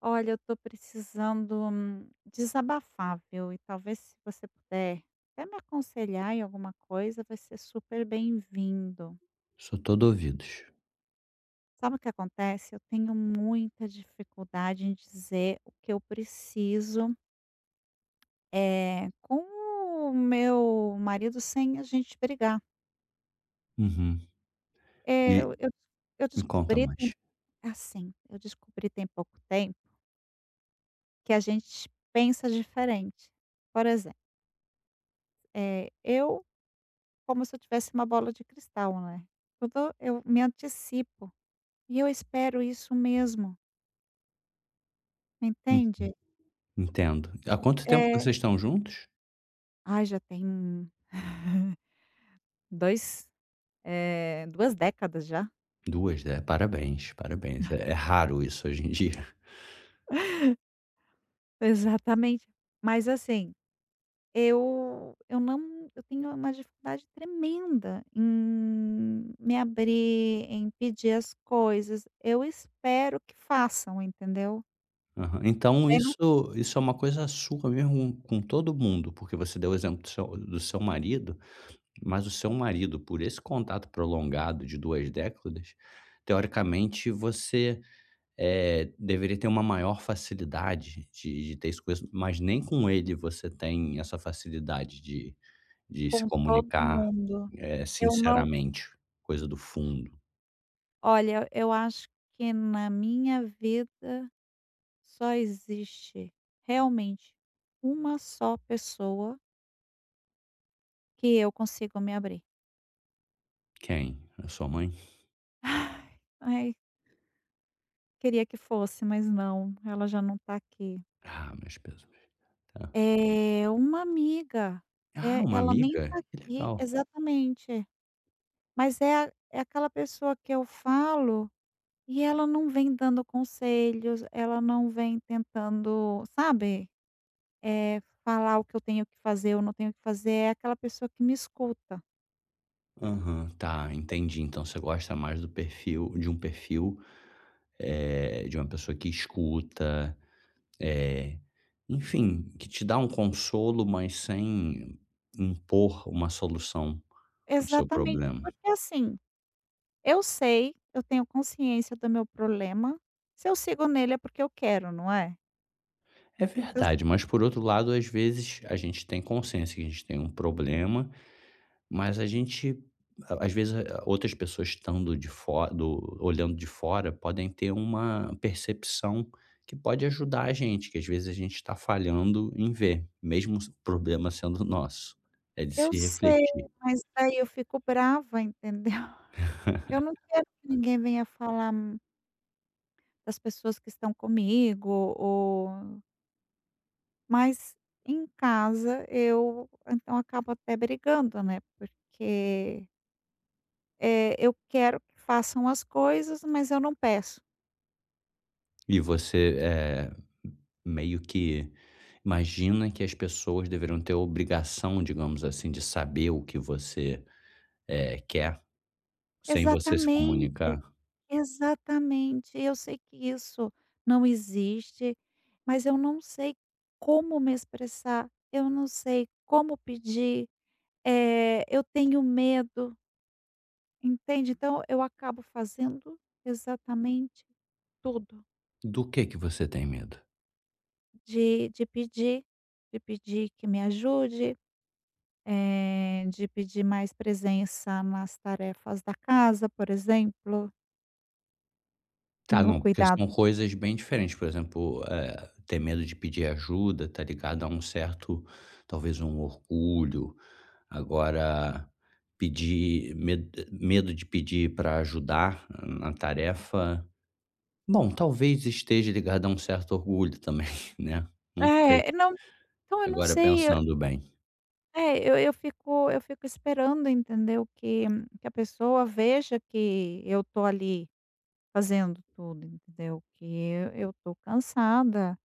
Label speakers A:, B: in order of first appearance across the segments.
A: Olha, eu tô precisando, desabafar, viu, e talvez se você puder até me aconselhar em alguma coisa, vai ser super bem-vindo.
B: Sou todo ouvidos.
A: Sabe o que acontece? Eu tenho muita dificuldade em dizer o que eu preciso, com o meu marido sem a gente brigar.
B: Uhum.
A: Eh,
B: E
A: eu eu eu
B: me conta
A: descobri tem
B: mais.
A: assim, eu descobri tem pouco tempo que a gente pensa diferente. Por exemplo, eu como se eu tivesse uma bola de cristal, né. Tudo eu me antecipo, e eu espero isso mesmo,
B: Hum,
A: entende?
B: entendo. Há quanto tempo
A: Eh,
B: vocês estão juntos?
A: Ai já tem 2 2 décadas já.
B: Duas, né, parabéns, parabéns. É raro isso hoje em dia.
A: Exatamente. Mas assim, eu não eu tenho uma dificuldade tremenda em me abrir, em pedir as coisas, eu espero que façam, entendeu.
B: Aham.
A: E
B: Então
A: daí não
B: isso é uma coisa sua mesmo com todo mundo, porque você deu o exemplo do seu marido, mas o seu marido, por esse contato prolongado de 2 décadas, teoricamente você, deveria ter uma maior facilidade de ter isso com isso, mas nem com ele você tem essa facilidade de se
A: com todo
B: comunicar,
A: mundo. Eu não.
B: sinceramente, coisa do fundo.
A: Olha, eu acho que na minha vida só existe realmente uma só pessoa que eu consigo me abrir.
B: Quem? A sua mãe?
A: Ai, ai, queria que fosse, mas não, ela já não tá aqui.
B: Ah, meus pêsames, tá.
A: É uma amiga,
B: Ah, uma
A: ela nem
B: amiga?
A: tá
B: Que
A: aqui
B: legal.
A: exatamente, mas é a é aquela pessoa que eu falo e ela não vem dando conselhos, ela não vem tentando, sabe? Falar o que eu tenho que fazer ou não tenho que fazer, é aquela pessoa que me escuta.
B: Aham, tá, entendi. Então você gosta mais do perfil de um perfil, de uma pessoa que escuta, eh, enfim, que te dá um consolo, mas sem impor uma solução para o seu
A: Exatamente,
B: problema.
A: porque assim, eu sei, eu tenho consciência do meu problema, se eu sigo nele é porque eu quero, não é?
B: É
A: Então s
B: verdade, mas por outro lado, às vezes, a gente tem consciência que a gente tem um problema. Mas a gente, a às vezes, a outras pessoas estando de fora do olhando de fora, podem ter uma percepção que pode ajudar a gente, que às vezes a gente está falhando em ver, mesmo o problema sendo nosso. É de
A: eu
B: se
A: sei,
B: refletir.
A: mas aí eu fico brava, entendeu? Eu não quero que ninguém venha das pessoas que estão comigo ou mas em casa eu então acabo até brigando, né, porque eu quero que façam as coisas, mas eu não peço.
B: E você, meio que imagina que as pessoas deveriam ter a obrigação, digamos assim, de saber o que você, quer, sem você se
A: Exatamente,
B: comunicar.
A: exatamente. Eu sei que isso não existe, mas eu não sei como me expressar, eu não sei como pedir, eu tenho medo, entende? Então eu acabo fazendo exatamente tudo
B: Do que você tem medo?
A: de de pedir, de pedir que me ajude. De pedir mais presença nas tarefas da casa, por exemplo,
B: Tá,
A: no
B: não, porque
A: cuidado.
B: são coisas bem diferentes, por exemplo, ter medo de pedir ajuda tá ligado a um certo, talvez um orgulho, agora pedir medo de pedir para ajudar na tarefa, bom, talvez esteja ligado a um certo orgulho também, né, não sei,
A: É, não, então eu não
B: agora
A: sei, eu
B: pensando bem.
A: é, eu fico eu fico esperando, entendeu, que a pessoa veja que eu tô ali fazendo tudo, entendeu, que eu tô cansada.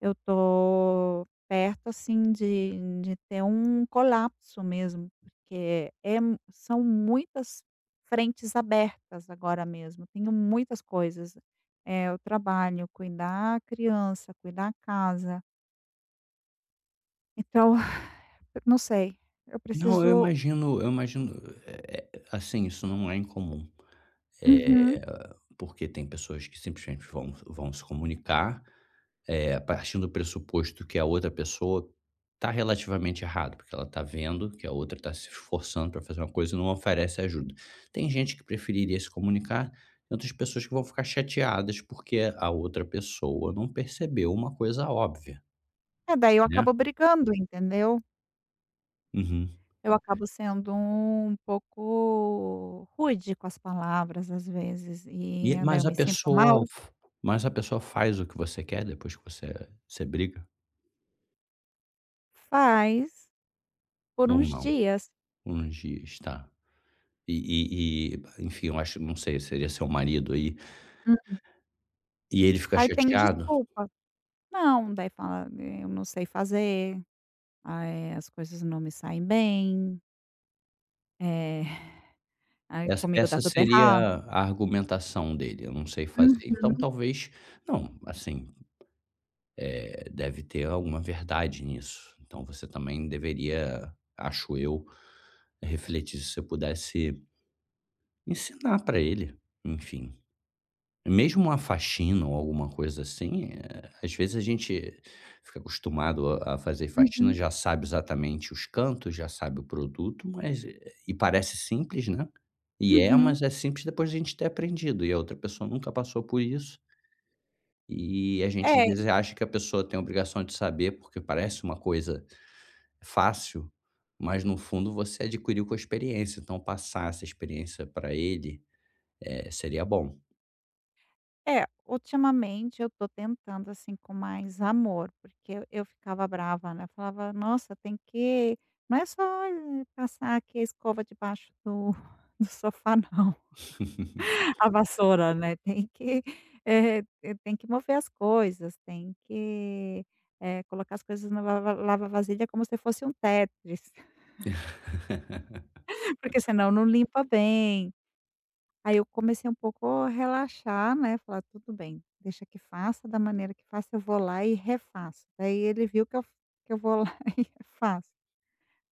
A: Eu tô perto, assim, de ter um colapso mesmo, porque é mu são muitas frentes abertas agora mesmo, tenho muitas coisas, é o trabalho, cuidar a criança, cuidar a casa, então, não sei, eu
B: Não, eu
A: preciso.
B: imagino eu imagino, assim, isso não é incomum.
A: Uhum.
B: eh, porque tem pessoas que simplesmente vão se comunicar, é, a partir do pressuposto que a outra pessoa está relativamente errado, porque ela está vendo que a outra está se esforçando para fazer uma coisa e não oferece ajuda. Tem gente que preferiria se comunicar, tem outras pessoas que vão ficar chateadas porque a outra pessoa não percebeu uma coisa óbvia,
A: É, daí eu
B: né.
A: acabo brigando, entendeu?
B: Uhum.
A: Eu acabo sendo um pouco rude com as palavras, às vezes, e
B: E
A: daí
B: mas
A: eu
B: a
A: me sinto
B: pessoa
A: mal.
B: mas a pessoa faz o que você quer depois que você briga?
A: Faz. Por
B: Ou
A: uns
B: não?
A: dias.
B: Um dia está. E, enfim, eu acho, não sei, seria seu marido aí,
A: Hum.
B: e ele fica
A: Aí tem
B: chateado,
A: desculpa. Não, daí fala: "Eu não sei fazer, aí as coisas não me saem bem, eh, aí
B: essa
A: comigo dá
B: essa
A: tudo
B: seria
A: errado".
B: a argumentação dele: "Eu não sei fazer". Então
A: Uhum,
B: talvez não, assim, deve ter alguma verdade nisso. Então você também deveria, acho eu, refletir se você pudesse ensinar para ele, enfim. Mesmo uma faxina ou alguma coisa assim, às vezes a gente fica acostumado a fazer faxina,
A: uhum,
B: já sabe exatamente os cantos, já sabe o produto, mas e parece simples, né. E é,
A: uhum.
B: mas é simples depois de a gente ter aprendido, e a outra pessoa nunca passou por isso, e a gente às
A: É,
B: vezes acha que a pessoa tem a obrigação de saber, porque parece uma coisa fácil, mas no fundo você adquiriu com a experiência, então passar essa experiência para ele, seria bom.
A: é, ultimamente eu tô tentando, assim, com mais amor, porque eu ficava brava, né. Eu falava: "Nossa, tem que não é só passar aqui a escova debaixo do do sofá não". A vassoura, né, tem que, tem que mover as coisas, tem que, colocar as coisas na lava lava-vasilha como se fosse um Tetris, porque senão não limpa bem. Aí eu comecei um pouco a relaxar, né, falar: "Tudo bem, deixa que faça da maneira que faça, eu vou lá e refaço". Daí ele viu que eu vou lá e refaço.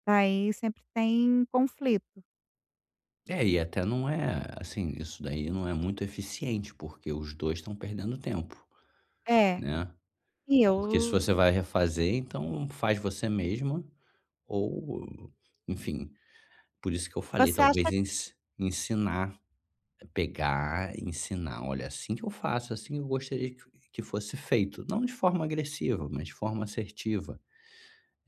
A: Daí sempre tem conflito.
B: É, e até não é assim, isso daí não é muito eficiente, porque os 2 estão perdendo tempo,
A: É,
B: né.
A: e eu
B: Porque se você vai refazer, então faz você mesma ou, enfim, por isso que eu falei,
A: você
B: talvez
A: acha.
B: ensinar, pegar, ensinar: "Olha, assim que eu faço, assim eu gostaria que fosse feito", não de forma agressiva, mas de forma assertiva.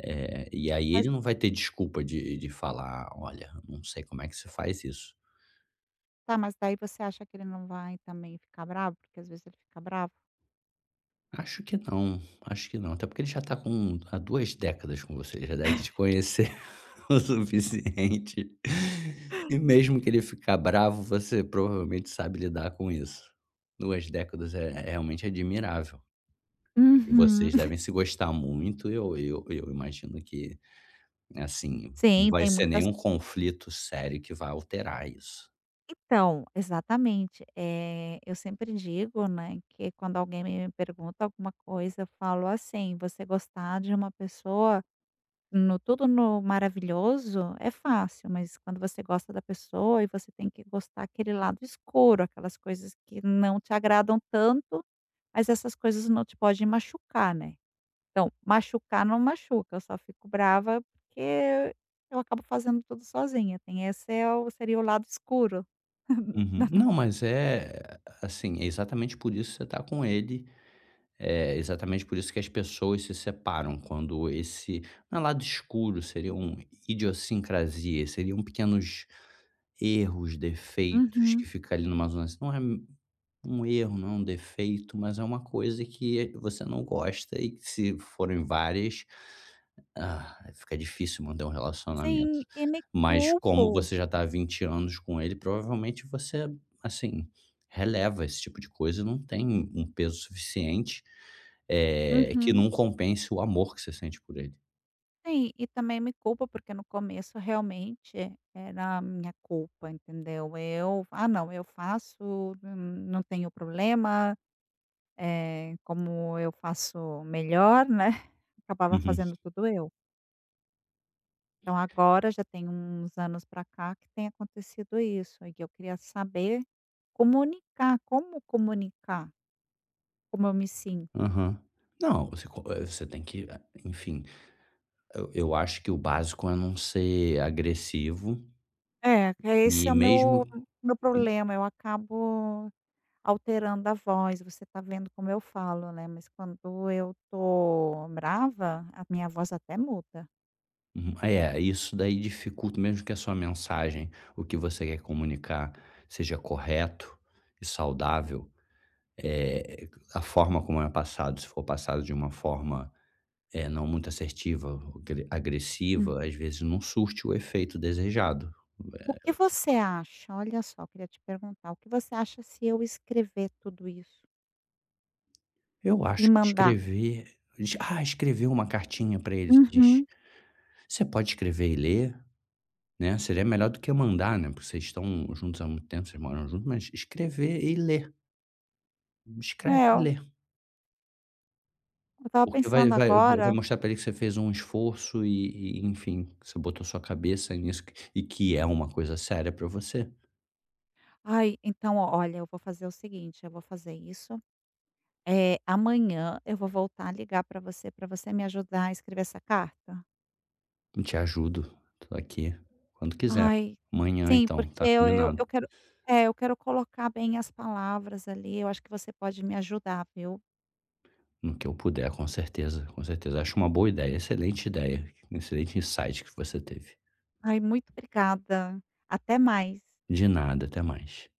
B: E aí ele não vai ter desculpa de falar: "Olha, não sei como é que se faz isso".
A: Tá, mas daí você acha que ele não vai também ficar bravo? Porque às vezes ele fica bravo.
B: Acho que não, acho que não. Até porque ele já está com há 2 décadas com você, ele já deve te conhecer o suficiente. E mesmo que ele ficar bravo, você provavelmente sabe lidar com isso. 2 décadas é realmente admirável. E
A: Uhum.
B: vocês devem se gostar muito, eu imagino que, assim, não
A: Sim,
B: vai
A: tem
B: ser
A: muitas
B: nenhum conflito sério que vai alterar isso.
A: então, exatamente. É eu sempre digo, né, que quando alguém me pergunta alguma coisa, eu falo assim: "Você gostar de uma pessoa no tudo no maravilhoso é fácil, mas quando você gosta da pessoa e você tem que gostar aquele lado escuro, aquelas coisas que não te agradam tanto, mas essas coisas não te podem machucar, né?" Então, machucar não machuca, eu só fico brava porque eu acabo fazendo tudo sozinha, tem esse é o seria o lado escuro da
B: Uhum.
A: no.
B: Não, mas é, assim, é exatamente por isso que você está com ele. É exatamente por isso que as pessoas se separam, quando esse não é lado escuro, seriam idiosincrasias, seriam pequenos erros, defeitos, que
A: Uhum.
B: fica ali numa zona assim, não é um erro, não é um defeito, mas é uma coisa que você não gosta e que se forem várias, ah, fica difícil manter um relacionamento.
A: Sim, e me
B: Mas como
A: culpo.
B: você já está há 20 anos com ele, provavelmente você, assim, releva esse tipo de coisa e não tem um peso suficiente, que
A: Uhum.
B: não compense o amor que você sente por ele.
A: Sim, e também me culpo, porque no começo realmente era a minha culpa, entendeu. Eu: "Ah não, eu faço, n não tenho problema, é como eu faço melhor", né, acabava
B: Uhum.
A: fazendo tudo eu. Então agora já tem uns anos pra cá que tem acontecido isso, e eu queria saber comunicar como eu me sinto.
B: Aham. Não, você você tem que, enfim. Eu acho que o básico é não ser agressivo
A: É, que esse
B: e
A: é o
B: mesmo
A: meu
B: e
A: problema, eu acabo alterando a voz, você tá vendo como eu falo, né, mas quando eu tô brava, a minha voz até muda.
B: é, isso daí dificulta, mesmo que a sua mensagem, o que você quer comunicar seja correto e saudável, eh, a forma como é passado, se for passado de uma forma, não muito assertiva ou
A: Hum.
B: agressiva, às vezes não surte o efeito desejado.
A: O
B: Eh,
A: que você acha? Olha só, eu queria te perguntar, o que você acha se eu escrever tudo isso
B: eu
A: e
B: acho que
A: mandar?
B: escrever "Ah, escrever uma cartinha para ele", diz:
A: Uhum.
B: "Você pode escrever e ler?" Né, seria melhor do que mandar, né, porque vocês estão juntos há muito tempo, vocês moram juntos, mas escrever e ler. Escreve
A: É,
B: e
A: eu
B: lê.
A: eu estava
B: Porque vai
A: pensando
B: vai vai
A: agora.
B: mostrar pra ele que você fez um esforço e enfim, que você botou sua cabeça nisso q e que é uma coisa séria pra você.
A: Ai, então ó, olha, eu vou fazer o seguinte, eu vou fazer isso. É amanhã eu vou voltar a ligar para você me ajudar a escrever essa carta?
B: Eu te ajudo, tô aqui quando quiser.
A: Ai,
B: Amanhã
A: sim,
B: então,
A: porque
B: tá
A: eu
B: combinado.
A: eu quero é, eu quero colocar bem as palavras ali, eu acho que você pode me ajudar, viu.
B: No que eu puder, com certeza, com certeza. Acho uma boa ideia, excelente insight que você teve.
A: Ai, muito obrigada. Até mais.
B: De nada, até mais.